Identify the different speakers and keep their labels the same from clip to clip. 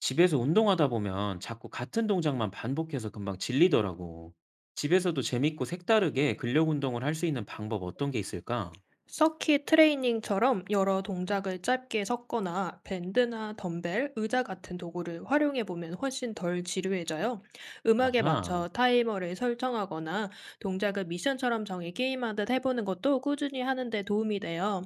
Speaker 1: 집에서 운동하다 보면 자꾸 같은 동작만 반복해서 금방 질리더라고. 집에서도 재밌고 색다르게 근력 운동을 할 수 있는 방법 어떤 게 있을까?
Speaker 2: 서킷 트레이닝처럼 여러 동작을 짧게 섞거나 밴드나 덤벨, 의자 같은 도구를 활용해 보면 훨씬 덜 지루해져요. 음악에
Speaker 1: 아하,
Speaker 2: 맞춰 타이머를 설정하거나 동작을 미션처럼 정해 게임하듯 해보는 것도 꾸준히 하는데 도움이 돼요.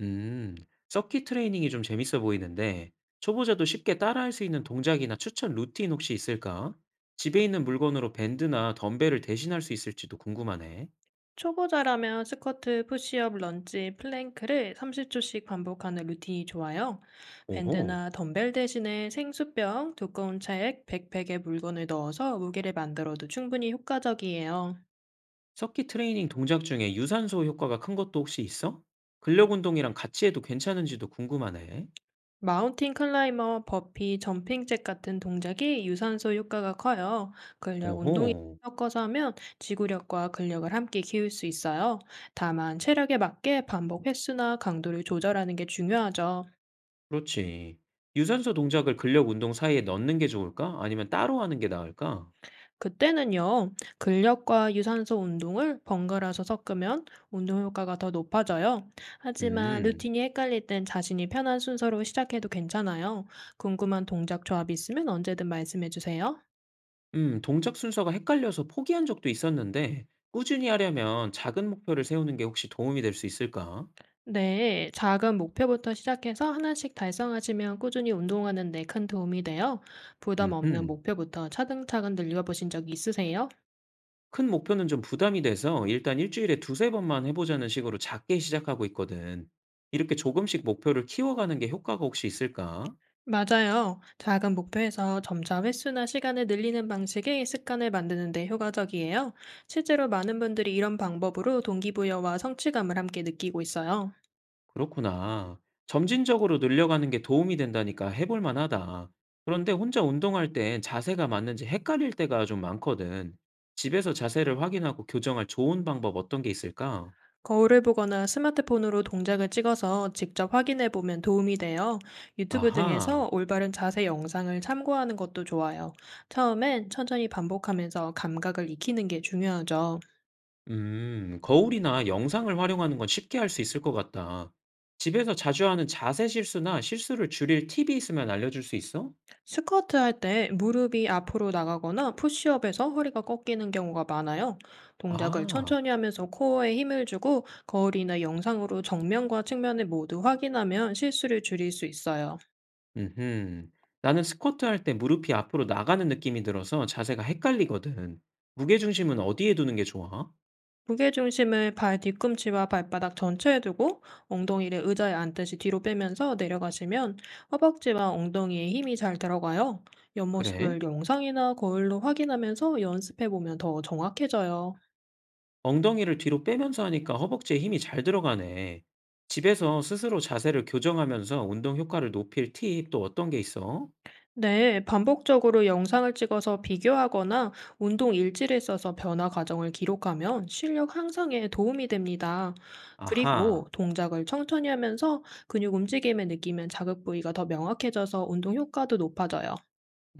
Speaker 1: 음, 서킷 트레이닝이 좀 재밌어 보이는데, 초보자도 쉽게 따라할 수 있는 동작이나 추천 루틴 혹시 있을까? 집에 있는 물건으로 밴드나 덤벨을 대신할 수 있을지도 궁금하네.
Speaker 2: 초보자라면 스쿼트, 푸시업, 런지, 플랭크를 30초씩 반복하는 루틴이 좋아요.
Speaker 1: 오호,
Speaker 2: 밴드나 덤벨 대신에 생수병, 두꺼운 책, 백팩에 물건을 넣어서 무게를 만들어도 충분히 효과적이에요.
Speaker 1: 서킷 트레이닝 동작 중에 유산소 효과가 큰 것도 혹시 있어? 근력 운동이랑 같이 해도 괜찮은지도 궁금하네.
Speaker 2: 마운틴 클라이머, 버피, 점핑잭 같은 동작이 유산소 효과가 커요. 근력 운동이
Speaker 1: 오호.
Speaker 2: 섞어서 하면 지구력과 근력을 함께 키울 수 있어요. 다만 체력에 맞게 반복 횟수나 강도를 조절하는 게 중요하죠.
Speaker 1: 그렇지. 유산소 동작을 근력 운동 사이에 넣는 게 좋을까? 아니면 따로 하는 게 나을까?
Speaker 2: 그때는요, 근력과 유산소 운동을 번갈아서 섞으면 운동 효과가 더 높아져요. 하지만
Speaker 1: 음.
Speaker 2: 루틴이 헷갈릴 땐 자신이 편한 순서로 시작해도 괜찮아요. 궁금한 동작 조합이 있으면 언제든 말씀해 주세요.
Speaker 1: 동작 순서가 헷갈려서 포기한 적도 있었는데, 꾸준히 하려면 작은 목표를 세우는 게 혹시 도움이 될 수 있을까?
Speaker 2: 네, 작은 목표부터 시작해서 하나씩 달성하시면 꾸준히 운동하는 데 큰 도움이 돼요. 부담 없는
Speaker 1: 음흠.
Speaker 2: 목표부터 차근차근 늘려보신 적이 있으세요?
Speaker 1: 큰 목표는 좀 부담이 돼서 일단 일주일에 두세 번만 해보자는 식으로 작게 시작하고 있거든. 이렇게 조금씩 목표를 키워가는 게 효과가 혹시 있을까?
Speaker 2: 맞아요. 작은 목표에서 점차 횟수나 시간을 늘리는 방식이 습관을 만드는 데 효과적이에요. 실제로 많은 분들이 이런 방법으로 동기부여와 성취감을 함께 느끼고 있어요.
Speaker 1: 그렇구나. 점진적으로 늘려가는 게 도움이 된다니까 해볼 만하다. 그런데 혼자 운동할 땐 자세가 맞는지 헷갈릴 때가 좀 많거든. 집에서 자세를 확인하고 교정할 좋은 방법 어떤 게 있을까?
Speaker 2: 거울을 보거나 스마트폰으로 동작을 찍어서 직접 확인해 보면 도움이 돼요. 유튜브
Speaker 1: 아하,
Speaker 2: 등에서 올바른 자세 영상을 참고하는 것도 좋아요. 처음엔 천천히 반복하면서 감각을 익히는 게 중요하죠.
Speaker 1: 거울이나 영상을 활용하는 건 쉽게 할 수 있을 것 같다. 집에서 자주 하는 자세 실수나 실수를 줄일 팁이 있으면 알려줄 수 있어?
Speaker 2: 스쿼트 할 때 무릎이 앞으로 나가거나 푸시업에서 허리가 꺾이는 경우가 많아요. 동작을
Speaker 1: 아.
Speaker 2: 천천히 하면서 코어에 힘을 주고 거울이나 영상으로 정면과 측면을 모두 확인하면 실수를 줄일 수 있어요.
Speaker 1: 음흠. 나는 스쿼트 할 때 무릎이 앞으로 나가는 느낌이 들어서 자세가 헷갈리거든. 무게중심은 어디에 두는 게 좋아?
Speaker 2: 무게중심을 발 뒤꿈치와 발바닥 전체에 두고 엉덩이를 의자에 앉듯이 뒤로 빼면서 내려가시면 허벅지와 엉덩이에 힘이 잘 들어가요.
Speaker 1: 그래?
Speaker 2: 옆모습을 영상이나 거울로 확인하면서 연습해보면 더 정확해져요.
Speaker 1: 엉덩이를 뒤로 빼면서 하니까 허벅지에 힘이 잘 들어가네. 집에서 스스로 자세를 교정하면서 운동 효과를 높일 팁 또 어떤 게 있어?
Speaker 2: 네, 반복적으로 영상을 찍어서 비교하거나 운동 일지를 써서 변화 과정을 기록하면 실력 향상에 도움이 됩니다.
Speaker 1: 아하,
Speaker 2: 그리고 동작을 천천히 하면서 근육 움직임을 느끼면 자극 부위가 더 명확해져서 운동 효과도 높아져요.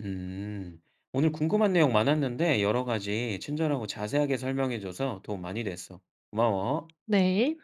Speaker 1: 음. 오늘 궁금한 내용 많았는데 여러 가지 친절하고 자세하게 설명해줘서 도움 많이 됐어. 고마워.
Speaker 2: 네.